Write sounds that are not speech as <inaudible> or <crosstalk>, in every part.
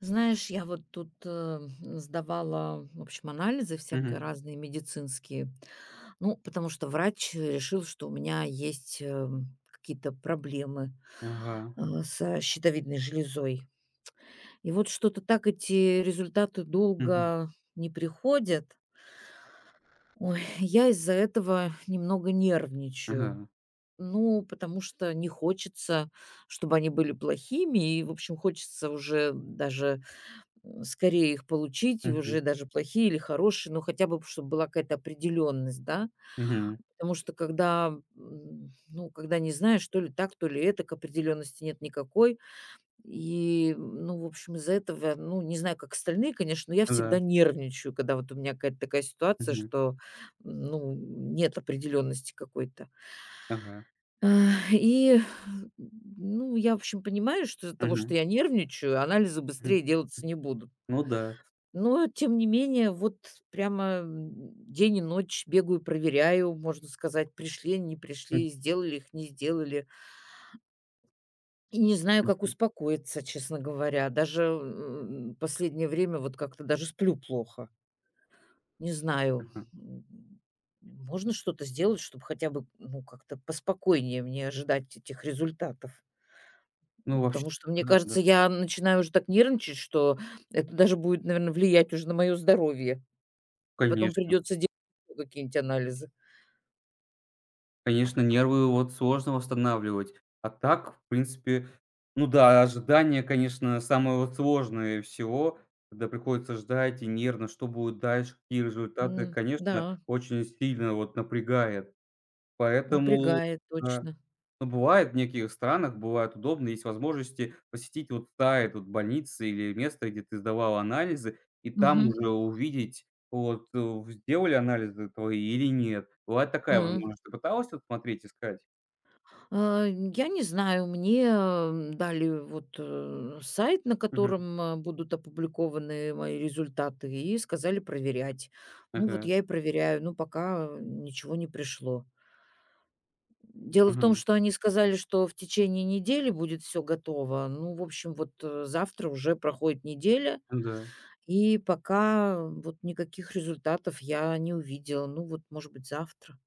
Знаешь, я вот тут сдавала, в общем, анализы всякие Мгм. разные медицинские. Ну, потому что врач решил, что у меня есть какие-то проблемы Ага. Со щитовидной железой. И вот что-то так эти результаты Мгм. долго не приходят. Ой, <laughs> я из-за этого немного нервничаю. Ага. Ну, потому что не хочется, чтобы они были плохими, и, в общем, хочется уже даже скорее их получить, и Мгм. уже даже плохие или хорошие, но хотя бы, чтобы была какая-то определенность, да. Мгм. Потому что когда, ну, когда не знаешь, то ли так, то ли этак, определенности нет никакой. И, ну, в общем, из-за этого, ну, не знаю, как остальные, конечно, но я Ну всегда да. нервничаю, когда вот у меня какая-то такая ситуация, Мгм. что, ну, нет определенности какой-то. Ага. И, ну, я, в общем, понимаю, что из-за того, что Мгм. я нервничаю, анализы Мгм. быстрее делаться М. не будут. Ну да. Но, тем не менее, вот прямо, день и ночь бегаю, проверяю, можно сказать, пришли они, не М. пришли, сделали их, не сделали. И не знаю, как Мгм. успокоиться, честно говоря. Даже, последнее время вот как-то даже сплю плохо. Не знаю, Ага. м, можно что-то сделать, чтобы хотя бы, ну, как-то поспокойнее мне ожидать этих результатов? Ну М, вообще, потому что, мне да, да. кажется, я начинаю уже так нервничать, что это даже будет, наверное, влиять уже на мое здоровье. И потом Конечно. придется делать еще какие-нибудь анализы. Конечно, нервы вот сложно восстанавливать. А так, в принципе, ну да, ожидание, конечно, самое вот сложное всего, когда приходится ждать и нервно, что будет дальше, какие результаты, М, конечно, да, очень сильно вот напрягает. Поэтому напрягает да. точно. Но бывает в неких странах, бывает удобно, есть возможности посетить вот сайт вот больницы или место, где ты сдавала анализы, и там Мгм. уже увидеть, вот, сделали анализы твои или нет. Бывает такая М. возможность. Ты пыталась вот смотреть, искать? Я не знаю, мне, дали вот, сайт, на Мгм. котором, будут опубликованы мои результаты, и сказали проверять. Ну, вот Ага. я и проверяю. Ну пока, ничего не пришло. Дело в том, Мгм. что они сказали, что в течение недели будет все готово. Ну, в общем, вот, завтра уже проходит неделя. Ну да. И пока вот никаких результатов я не увидела. Ну вот, может быть, завтра.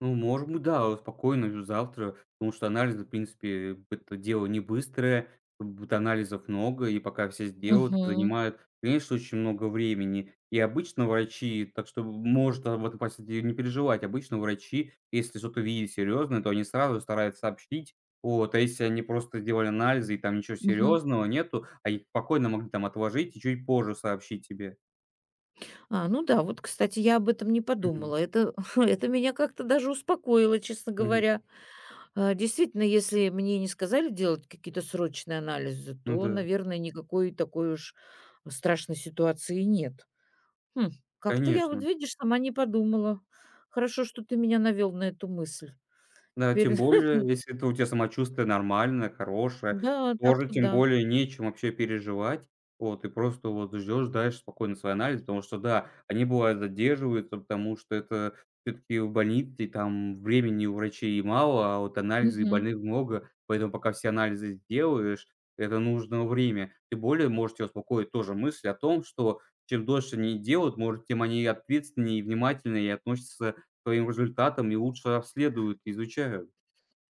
Ну, может быть, да, вот спокойно завтра, потому что анализы, в принципе, это дело не быстрое, будет анализов много, и пока все сделают, Мгм. занимает, конечно, очень много времени. И обычно врачи, так что может об этом, по не переживать, обычно врачи, если что-то видят серьезное, то они сразу стараются сообщить, вот, а если они просто сделали анализы и там ничего Мгм. серьезного нету, а их спокойно могли там отложить и чуть позже сообщить тебе. Ну да, вот, кстати, я об этом не Мгм. подумала. Это, <laughs> это меня как-то даже успокоило, честно Мгм. говоря. Действительно, если мне не сказали делать какие-то срочные анализы, Ну то, да, наверное, никакой такой уж страшной ситуации нет. Хм, как-то я, вот конечно. видишь, сама не подумала. Хорошо, что ты меня навел на эту мысль. Да, Теперь, тем <laughs> более, если это у тебя самочувствие нормальное, хорошее, да, тоже так-то тем да. более нечем вообще переживать. Вот, и просто вот ждешь, дальше спокойно свой анализ, потому что да, они бывают задерживаются, потому что это все-таки в больнице, и там времени у врачей мало, а вот анализы и Мгм. больных много, поэтому пока все анализы сделаешь, это нужно время. Тем более может тебя успокоить тоже мысль о том, что чем дольше они делают, может, тем они ответственнее и внимательнее относятся своим результатам и лучше обследуют, изучают.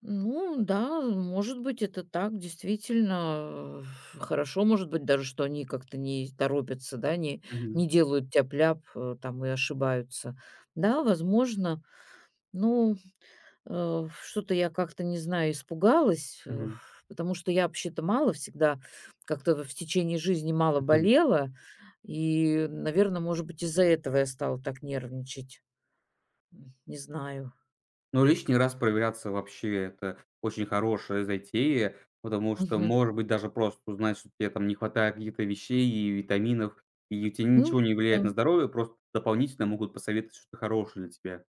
Ну да, может быть, это так, действительно, хорошо, может быть, даже, что они как-то не торопятся, да, не, Мгм, не делают тяп-ляп там и ошибаются. Да, возможно, ну, что-то я как-то, не знаю, испугалась, мгм, потому что я вообще-то мало всегда, как-то в течение жизни мало мгм. болела, и, наверное, может быть, из-за этого я стала так нервничать, не знаю. Но лишний раз проверяться вообще - это очень хорошая затея, потому что, Мгм. может быть, даже просто узнать, что те там не хватает каких-то вещей и витаминов, и у тебя Ну, ничего не да. влияет на здоровье, просто дополнительно могут посоветовать что-то хорошее для тебя.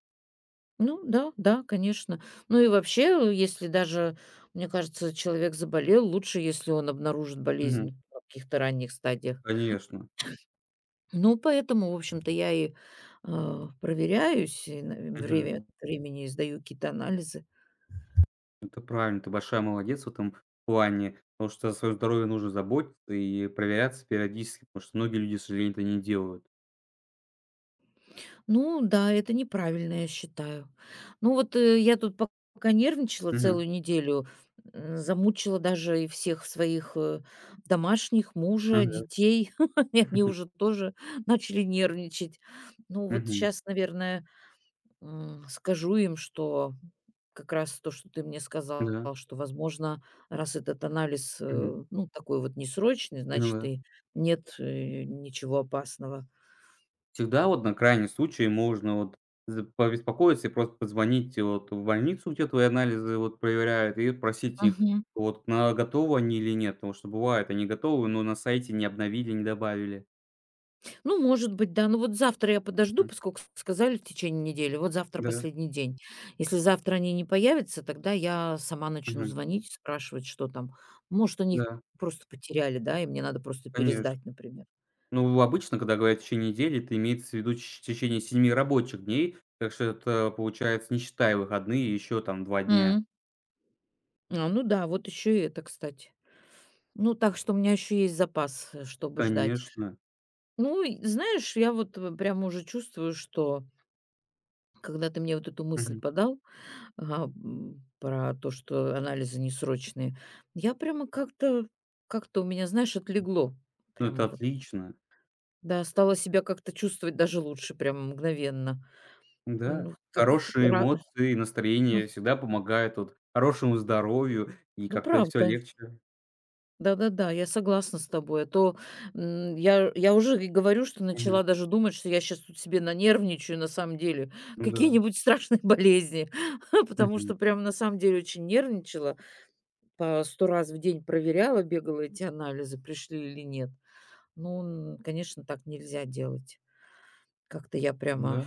Ну да, да, конечно. Ну и вообще, если даже, мне кажется, человек заболел, лучше, если он обнаружит Мгм. болезнь в каких-то ранних стадиях. Конечно. Ну, поэтому, в общем-то, я и, проверяюсь, и на Мгм. время от времени сдаю какие-то анализы. Это правильно, ты большая молодец в этом плане, потому что за свое здоровье нужно заботиться и проверяться периодически, потому что многие люди, к сожалению, это не делают. Ну да, это неправильно, я считаю. Ну вот, я тут пока нервничала Мгм. целую неделю, замучила даже и всех своих, домашних, мужа, Мгм. детей. <laughs> И они <laughs> уже тоже начали нервничать. Ну вот Мгм. сейчас, наверное, скажу им, что как раз то, что ты мне сказал, Да. что, возможно, раз этот анализ, Мгм. Ну, такой вот несрочный, Ну значит, да. и нет, ничего опасного. Всегда вот на крайний случай можно вот з побеспокоиться и просто позвонить и вот в больницу, где твои анализы вот проверяют, и просить их вот на готовы они или нет. Потому что бывает, они готовы, но на сайте не обновили, не добавили. Ну, может быть, да. Ну, вот завтра я подожду, Мгм. поскольку сказали в течение недели. Вот завтра Да. последний день. Если завтра они не появятся, тогда я сама начну Мгм. звонить, спрашивать, что там. Может, они их Да, просто потеряли, да, и мне надо просто конечно. пересдать, например. Ну, обычно, когда говорят в течение недели, это имеется в виду ч в течение семи рабочих дней. Так что это получается, не считая выходные, еще там два дня. М. Ну да, вот еще, и это, кстати. Ну, так что у меня еще есть запас, чтобы ждать. Конечно. Ну, и знаешь, я вот, прямо уже чувствую, что когда ты мне вот эту мысль Мгм. подал, Ага, про то, что анализы несрочные. Я прямо как-то у меня, знаешь, отлегло. Ну, это Прямо вот. отлично. Да, стала себя как-то чувствовать даже лучше, прямо мгновенно. Да, Ну, как хорошие ра эмоции, м, настроение всегда помогает вот хорошему здоровью, и ну, как-то все правда. легче. Да-да-да, я согласна с тобой. А то, я уже и говорю, что Мгм. начала даже думать, что я сейчас тут себе нанервничаю, на самом деле, Да. какие-нибудь страшные <laughs> болезни, <laughs> потому Мгм. что прям на самом деле очень нервничала. По 100 раз в день проверяла, бегала эти анализы, пришли или нет. Ну, н конечно, так нельзя делать. Как-то я прямо, Да.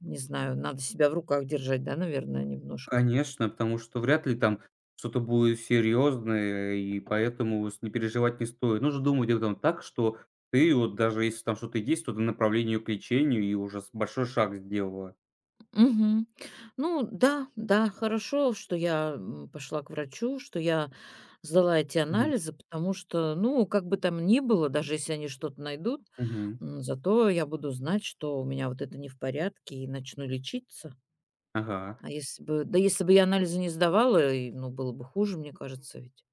не знаю, надо себя в руках держать, да, наверное, немножко. Конечно, потому что вряд ли там что-то будет серьезное, и поэтому вот с не переживать не стоит. Нужно думать об этом так, что ты вот даже если там что-то есть, то ты направлению к лечению и уже с большой шаг сделала. Мгм. Ну да, да, хорошо, что я, пошла к врачу, что я сдала эти Мгм. анализы, потому что, ну, как бы там ни было, даже если они что-то найдут, Мгм. Зато я буду знать, что у меня вот это не в порядке, и начну лечиться. Ага. А если бы я анализы не сдавала, и, ну, было бы хуже, мне кажется, ведь.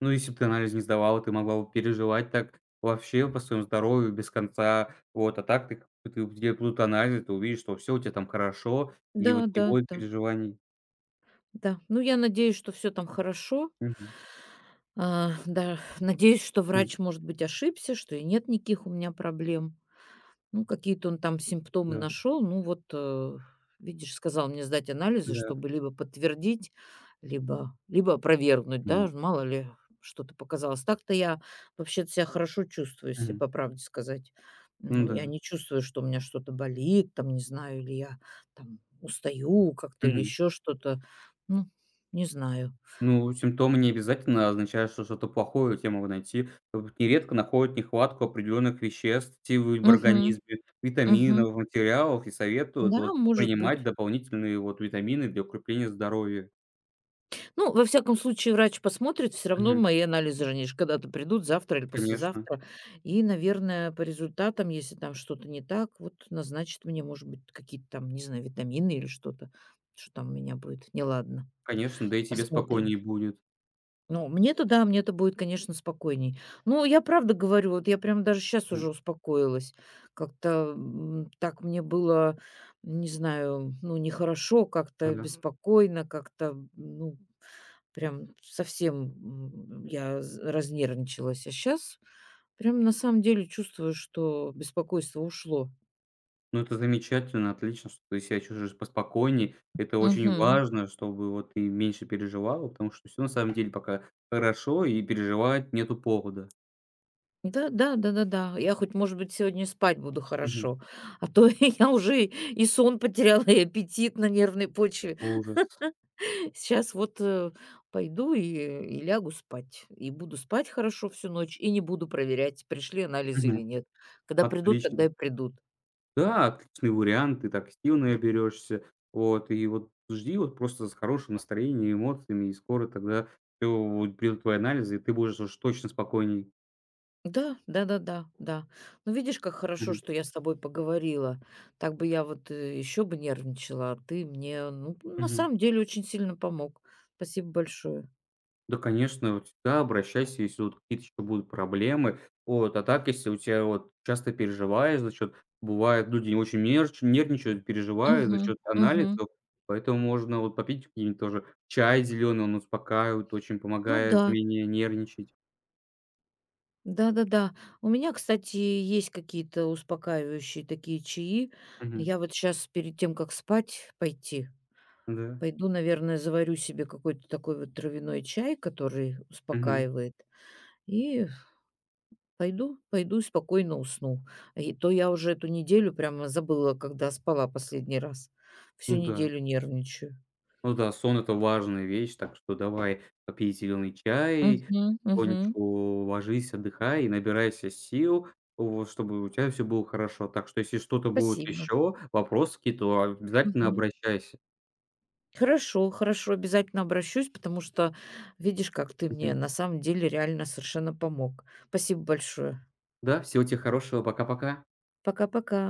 Ну, если б ты анализ не сдавала, ты могла бы переживать так вообще по своему здоровью без конца. Вот, а так ты, как бы ты где будут анализы, ты увидишь, что все у тебя там хорошо, и Да, вот не да, будет да, переживаний. да. Ну, я надеюсь, что все там хорошо. Мгм. Да, надеюсь, что М. врач, может быть, ошибся, что и нет никаких у меня проблем. Ну, какие-то он там симптомы Да, нашел. Ну, вот, видишь, сказал мне сдать анализы, да. чтобы либо подтвердить, либо опровергнуть, да, М. ж мало ли что-то показалось. Так-то я вообще-то себя хорошо чувствую, если Мгм. по правде сказать. Ну Ну, да. я не чувствую, что у меня что-то болит, там, не знаю, или я там устаю как-то, или Мгм. еще что-то. Ну, не знаю. Ну, симптомы не обязательно означают, что что-то плохое у тя могут найти. Вот нередко находят нехватку определенных веществ ти в Угу, организме, угу, витаминов, материалов и советуют вот да, может принимать быть. дополнительные вот витамины для укрепления здоровья. Ну, во всяком случае, врач посмотрит, все равно Мгм. мои анализы же, они же когда-то придут, завтра или Конечно. послезавтра. И, наверное, по результатам, если там что-то не так, вот назначит мне, может быть, какие-то там, не знаю, витамины или что-то, что там у меня будет неладно. Конечно, да и тебе спокойнее Посмотрим. будет. Ну, мне-то да, мне-то будет, конечно, спокойней. Ну, я правда говорю, вот я прям даже сейчас уже Мгм. успокоилась. Как-то, так мне было, не знаю, ну, нехорошо, как-то Да. беспокойно, как-то, ну, прям совсем, я з разнервничалась, а сейчас прям на самом деле чувствую, что беспокойство ушло. Ну, это замечательно, отлично, что ты себя чувствуешь поспокойнее. Это очень Мгм. важно, чтобы вот ты меньше переживала, потому что все на самом деле пока хорошо, и переживать нету повода. Да, да, да-да-да. Я хоть, может быть, сегодня спать буду Мгм. хорошо, а то <laughs> я уже и сон потеряла, и аппетит на нервной почве. Ужас. Сейчас вот, пойду и лягу спать, и буду спать хорошо всю ночь, и не буду проверять, пришли анализы или Мгм. нет. Когда придут, тогда и Отлично. придут. Да, отличный вариант, ты так сил берешься. Вот, и вот жди вот просто с хорошим настроением, эмоциями, и скоро тогда всё, вот придут твои анализы, и ты будешь уж точно спокойней. Да, да-да-да, да, да, да. Ну, видишь, как хорошо, Мгм. что я с тобой поговорила. Так бы я вот еще бы нервничала, а ты мне, ну, на Мгм. самом деле очень сильно помог. Спасибо большое. Да, конечно, вот всегда обращайся, если вот какие-то еще будут проблемы. Вот, а так, если у тебя вот часто переживаешь за счет, бывает, люди очень нерч нервничают, переживают за Мгм, счет мгм. анализов, поэтому можно вот попить какие-нибудь тоже чай зеленый, он успокаивает, очень Ну помогает да, менее нервничать. да-да-да. У меня, кстати, есть какие-то успокаивающие такие чаи. Мгм. Я вот сейчас перед тем, как спать пойти, Да. пойду, наверное, заварю себе какой-то такой вот травяной чай, который Мгм. успокаивает, и пойду и спокойно усну. И то я уже эту неделю прямо забыла, когда спала последний раз. Всю Ну да. неделю нервничаю. Ну да, сон - это важная вещь, так что давай, попей зеленый чай, Мгм, мгм. потихонечку ложись, отдыхай и набирайся сил, вот, чтобы у тебя все было хорошо. Так что если что-то будет Спасибо. еще, вопросы какие-то, обязательно Мгм. обращайся. Хорошо, хорошо, обязательно обращусь, потому что видишь, как ты мне Мгм. на самом деле реально совершенно помог. Спасибо большое. Да, всего тебе хорошего. Пока-пока. Пока-пока.